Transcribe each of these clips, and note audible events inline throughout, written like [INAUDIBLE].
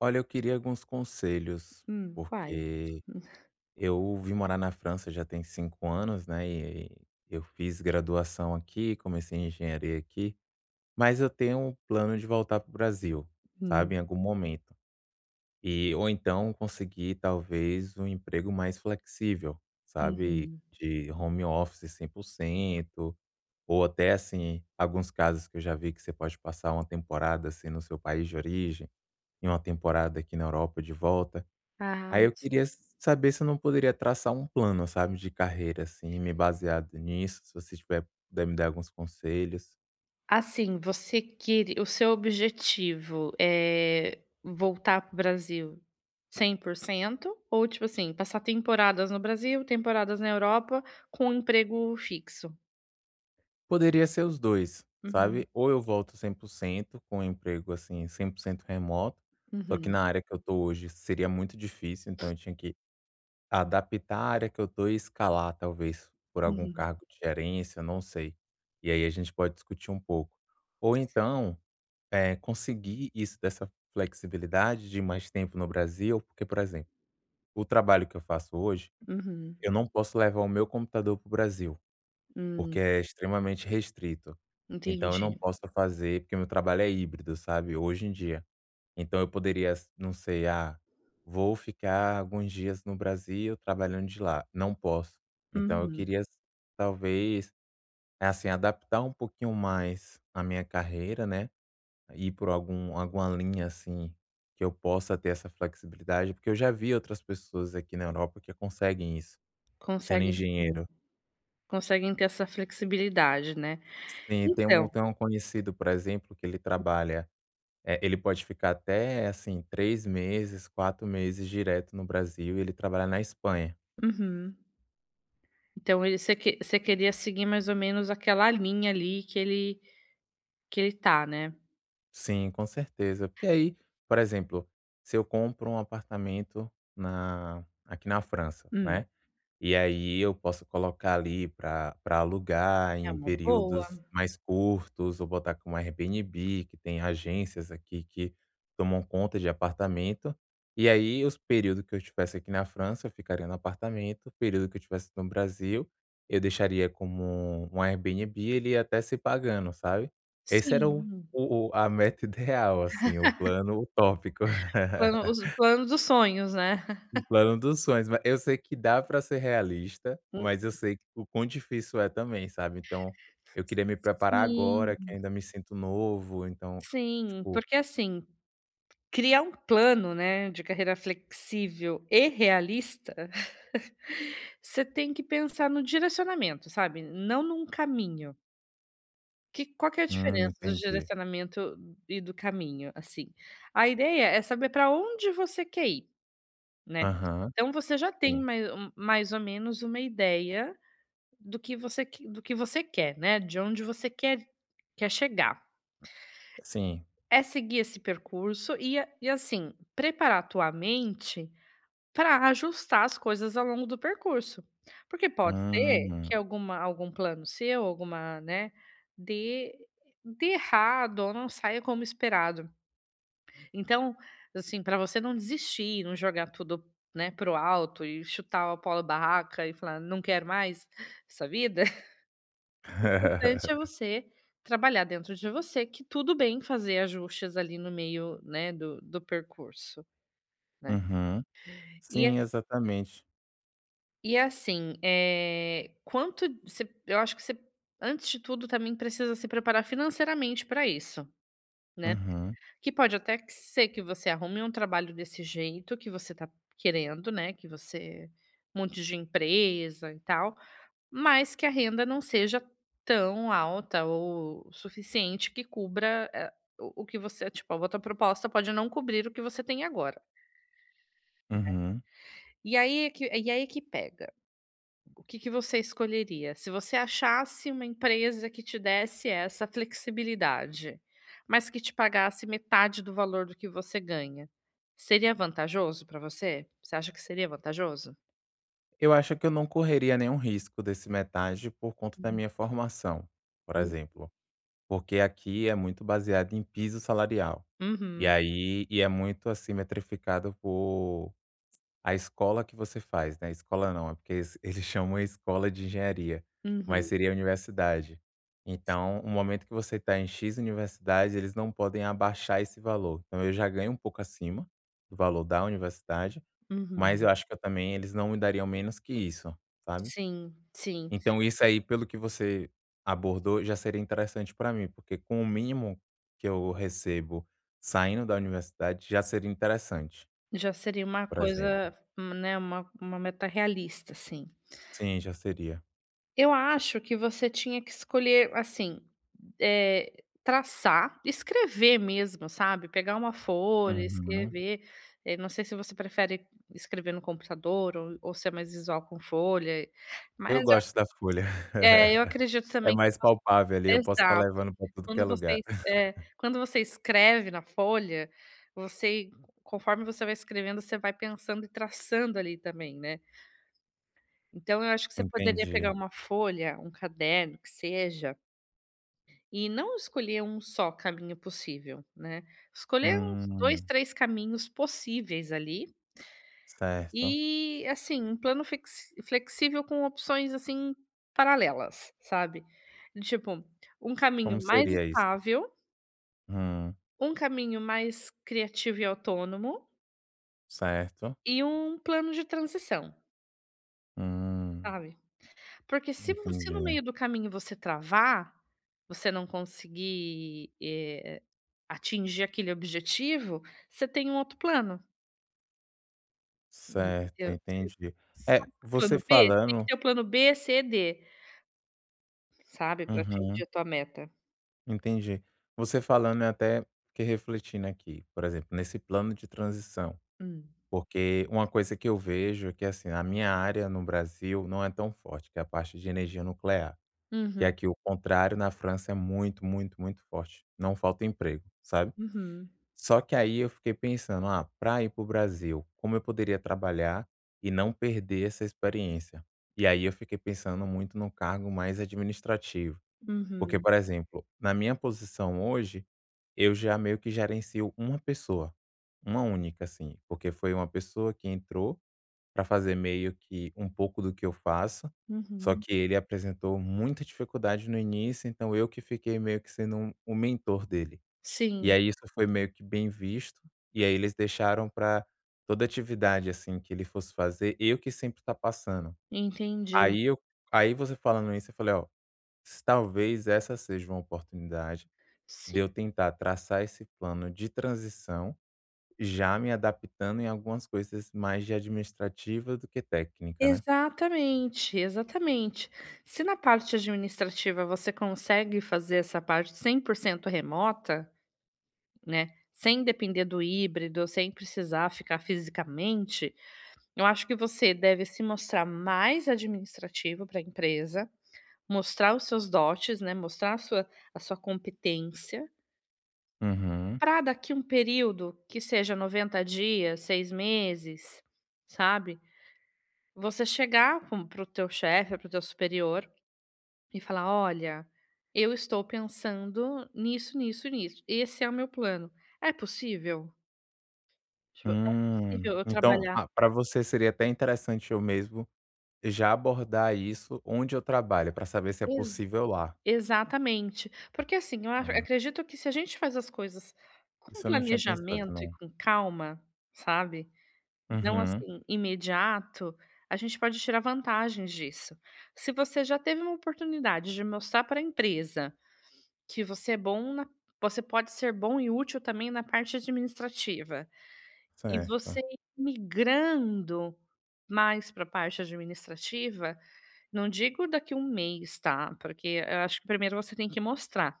Olha, eu queria alguns conselhos, Quais? porque eu vim morar na França já tem 5 anos, né, e eu fiz graduação aqui, comecei engenharia aqui, mas eu tenho um plano de voltar para o Brasil, Hum, sabe, em algum momento. E ou então conseguir talvez um emprego mais flexível, sabe, uhum. de home office 100%, ou até, assim, alguns casos que eu já vi que você pode passar uma temporada, assim, no seu país de origem e uma temporada aqui na Europa de volta. Ah, Aí eu ti queria saber se eu não poderia traçar um plano, sabe, de carreira, assim, me baseado nisso, se você tiver puder me dar alguns conselhos. assim, você queri o seu objetivo é voltar para o Brasil cem por cento? Ou, tipo assim, passar temporadas no Brasil, temporadas na Europa, com um emprego fixo? Poderia ser os 2, Uhum, sabe, ou eu volto 100% com um emprego, assim, 100% remoto, só que na uhum, área que eu tô hoje seria muito difícil, então eu tinha que adaptar a área que eu tô e escalar, talvez, por algum uhum, cargo de gerência, não sei. E aí a gente pode discutir um pouco. Ou então conseguir isso dessa flexibilidade de mais tempo no Brasil, porque, por exemplo, o trabalho que eu faço hoje, uhum. eu não posso levar o meu computador para o Brasil, porque Hum, é extremamente restrito. Então eu não entendi. posso fazer porque meu trabalho é híbrido, sabe, hoje em dia. Então eu poderia não sei, vou ficar alguns dias no Brasil trabalhando de lá, não posso. Então eu Uhum. queria talvez, assim, adaptar um pouquinho mais a minha carreira, né, ir por alguma linha, assim, que eu possa ter essa flexibilidade? Porque eu já vi outras pessoas aqui na Europa que conseguem isso, sendo Conseguem engenheiro. Conseguem ter essa flexibilidade, né. Sim, tem um Então tem um conhecido, por exemplo, que ele trabalha, ele pode ficar até, assim, 3 meses, 4 meses direto no Brasil e ele trabalha na Espanha. uhum. Então ele você que você queria seguir mais ou menos aquela linha ali que ele tá, né. Sim, com certeza. Porque aí, por exemplo, se eu compro um apartamento na aqui na França, Hum, né? E aí eu posso colocar ali para pra alugar é em uma períodos boa. mais curtos ou botar como Airbnb, que tem agências aqui que tomam conta de apartamento. E aí os períodos que eu estivesse aqui na França, eu ficaria no apartamento, o período que eu estivesse no Brasil, eu deixaria como um Airbnb, ele ia até se pagando, sabe. Esse era Sim, o a meta [LAUGHS] ideal, assim, o plano utópico. [LAUGHS] Plano dos sonhos, né. O plano dos sonhos, mas eu sei que dá pra ser realista, mas [LAUGHS] eu sei o quão difícil é também, sabe. Então, eu queria me preparar Sim, agora que ainda me sinto novo, então, sim, tipo. porque assim, criar um plano, né, de carreira flexível e realista, [LAUGHS] você tem que pensar no direcionamento, sabe, não num caminho. Que qual que é a Hum, diferença do entendi. direcionamento e do caminho, assim? A ideia é saber pra onde você quer ir. Né. Aham, Então você já tem sim. Mais ou menos uma ideia do que você quer, né, de onde você quer chegar. Sim. É seguir esse percurso e a e assim, preparar a tua mente para ajustar as coisas ao longo do percurso. Porque pode ser Hum. que algum plano seu, alguma, né, dê dê errado ou não saia como esperado. Então, assim, para você não desistir, não jogar tudo, né, pro alto e chutar o pau da barraca e falar: "Não quero mais essa vida", [LAUGHS] o importante é [LAUGHS] você trabalhar dentro de você que tudo bem fazer ajustes ali no meio, né, do percurso, né. Uhum. E a Sim, exatamente. e é assim, é quanto você eu acho que você, antes de tudo, também precisa se preparar financeiramente para isso, né. Uhum, Que pode até que ser que você arrume um trabalho desse jeito que você tá querendo, né, que você um monte de empresa e tal, mas que a renda não seja tão alta ou suficiente que cubra, o que você tipo, a outra proposta pode não cobrir o que você tem agora. uhum. E aí é que pega. O que que você escolheria? Se você achasse uma empresa que te desse essa flexibilidade, mas que te pagasse metade do valor do que você ganha, seria vantajoso para você? Você acha que seria vantajoso? Eu acho que eu não correria nenhum risco desse metade por conta da minha formação, por Uhum. exemplo, porque aqui é muito baseado em piso salarial. E Uhum. aí e é muito, assim, metrificado por a escola que você faz, né, escola não, é porque eles [LAUGHS] eles chamam a escola de engenharia, mas Uhum. seria a universidade. Então, o momento que você está em "X" universidade, eles não podem abaixar esse valor. Então eu já ganho um pouco acima do valor da universidade, mas eu Uhum. acho que eu também eles não me dariam menos que isso, sabe? Sim, sim. Então isso aí, pelo que você abordou, já seria interessante para mim, porque com o mínimo que eu recebo saindo da universidade já seria interessante, Já seria uma por exemplo. coisa, né, uma meta realista, sim. Sim, já seria. Eu acho que você tinha que escolher, assim, traçar, escrever mesmo, sabe, pegar uma folha, Uhum. escrever, não sei se você prefere escrever no computador ou se é mais visual com folha, Eu mas eu gosto da folha. é, eu [LAUGHS] acredito É também que mais você palpável ali, eu posso estar exato, levando para tudo que é quando você lugar. es [LAUGHS] é, quando você escreve na folha, você conforme você vai escrevendo, você vai pensando e traçando ali também, né. Então eu acho que você poderia Entendi. pegar uma folha, um caderno que seja. E não escolher um só caminho possível, né, escolher uns 2, Hum, 3 caminhos possíveis ali, certo. e assim, um plano flex flexível com opções, assim, paralelas, sabe. Tipo, um caminho Como mais seria isso? estável, Hum, um caminho mais criativo e autônomo, certo. e um plano de transição, Hum, sabe. Porque se no entendi. meio do caminho você travar, você não conseguir, atingir aquele objetivo, você tem um outro plano, Certo, entendeu. Você entendi. É, sabe o você plano B, você tem que falando. ter o plano B, C, e D, sabe, para atingir Uhum. a tua meta. Entendi. Você falando, eu até fiquei refletindo aqui, por exemplo, nesse plano de transição, Hum. porque uma coisa que eu vejo é que, assim, a minha área no Brasil não é tão forte, que é a parte de energia nuclear, que Uhum, aqui o contrário na França é muito, muito, muito forte. Não falta emprego, sabe? uhum, Só que aí eu fiquei pensando, para ir para o Brasil, como eu poderia trabalhar e não perder essa experiência? E aí eu fiquei pensando muito no cargo mais administrativo, porque, uhum, por exemplo, na minha posição hoje eu já meio que gerencio uma pessoa, uma única, assim, porque foi uma pessoa que entrou para fazer meio que um pouco do que eu faço, só uhum. que ele apresentou muita dificuldade no início, então eu que fiquei meio que sendo o mentor dele. E Sim, aí isso foi meio que bem visto, e aí eles deixaram para toda atividade, assim, que ele fosse fazer, eu que sempre tá passando. entendi. Aí eu aí você falando isso, eu falei: "Ó, talvez essa seja uma oportunidade de Sim, eu tentar traçar esse plano de transição, já me adaptando em algumas coisas mais de administrativa do que técnica, né. exatamente, exatamente. Se na parte administrativa você consegue fazer essa parte 100% remota. Né, sem depender do híbrido, sem precisar ficar fisicamente, eu acho que você deve se mostrar mais administrativo para a empresa, mostrar os seus dotes, né, mostrar a sua competência, Uhum. para daqui um período que seja 90 dias, 6 meses, sabe, você chegar para o teu chefe, para o teu superior e falar: "Olha, eu estou pensando nisso, nisso, nisso. Esse é o meu plano. É possível?" Tipo, é Hum. possível eu Então, trabalhar. para você seria até interessante eu mesmo já abordar isso onde eu trabalho, para saber se é Ex possível lá. Exatamente. Porque assim, eu acho Ah, acredito que se a gente faz as coisas com isso eu não tinha pensado planejamento e não. com calma, sabe, não Uhum. assim, imediato, a gente pode tirar vantagens disso. Se você já teve uma oportunidade de mostrar para a empresa que você é bom na, você pode ser bom e útil também na parte administrativa, e Certo, você ir migrando mais para a parte administrativa. Não digo daqui um mês, tá, porque eu acho que primeiro você tem que mostrar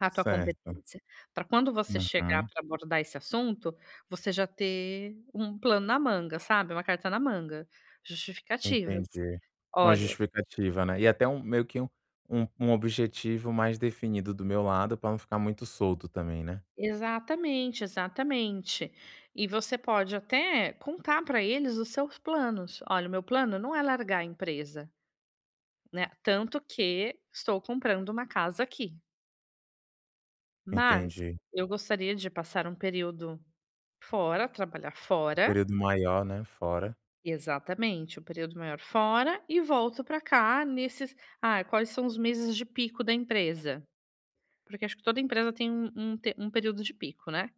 a tua certo. competência, para quando você chegar Uhum. para abordar esse assunto, você já ter um plano na manga, sabe, uma carta na manga, justificativas. Entendi. Uma Olha, justificativa, né. E até um meio que um um objetivo mais definido do meu lado para não ficar muito solto também, né. exatamente, exatamente. E você pode até contar para eles os seus planos. "Olha, o meu plano não é largar a empresa, né, tanto que estou comprando uma casa aqui, mas Entendi. eu gostaria de passar um período fora, trabalhar Um fora, período maior, né, fora. exatamente, o período maior fora e volto para cá nesses ah, quais são os meses de pico da empresa? Porque acho que toda empresa tem um um te um período de pico, né.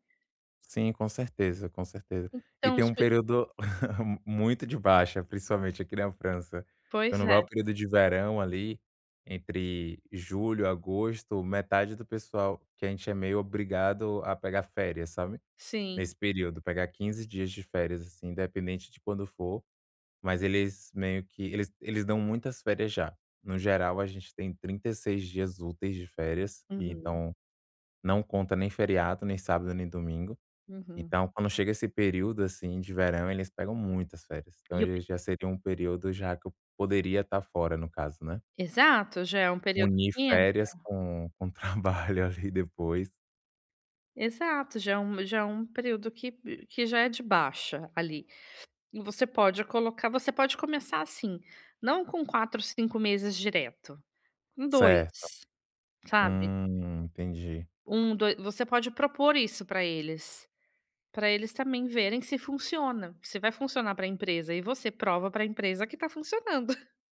Sim, com certeza, com certeza. E Então tem os um pe período [LAUGHS] muito de baixa, principalmente aqui na França. pois Quando vai é, o período de verão ali, entre julho, agosto, metade do pessoal que a gente é meio obrigado a pegar férias, sabe. sim. Nesse período, pegar 15 dias de férias, assim, independente de quando for. Mas eles meio que eles dão muitas férias já. No geral, a gente tem 36 dias úteis de férias, e Uhum, então não conta nem feriado, nem sábado, nem domingo. uhum. Então, quando chega esse período, assim, de verão, eles pegam muitas férias. Então, E o pe já seria um período já que eu poderia estar fora, no caso, né. exato, já é um período Unir que en férias com [LAUGHS] trabalho ali depois. exato, já é um período que já é de baixa ali. E você pode colocar você pode começar assim, não com 4 5 meses direto, com Certo. 2 sabe. Entendi. Um, dois. Você pode propor isso para eles também verem se funciona, se vai funcionar para a empresa e você prova para a empresa que está funcionando, [LAUGHS]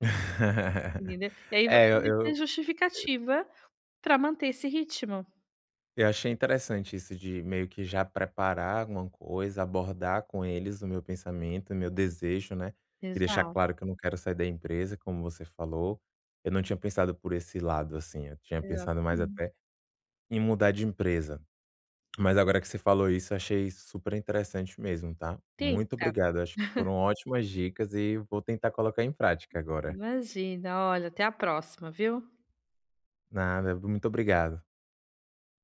[LAUGHS] entendeu. E aí você É, vai ter eu justificativa para manter esse ritmo. Eu achei interessante isso de meio que já preparar alguma coisa, abordar com eles o meu pensamento, o meu desejo, né, e deixar Exato, claro que eu não quero sair da empresa, como você falou. Eu não tinha pensado por esse lado, assim, eu tinha pensado mais exatamente. até em mudar de empresa. Mas agora que você falou isso, eu achei super interessante mesmo, tá. Muito Tenta, obrigado, acho que foram ótimas dicas e vou tentar colocar em prática agora. imagina, olha, até a próxima, viu. Nada, muito obrigado.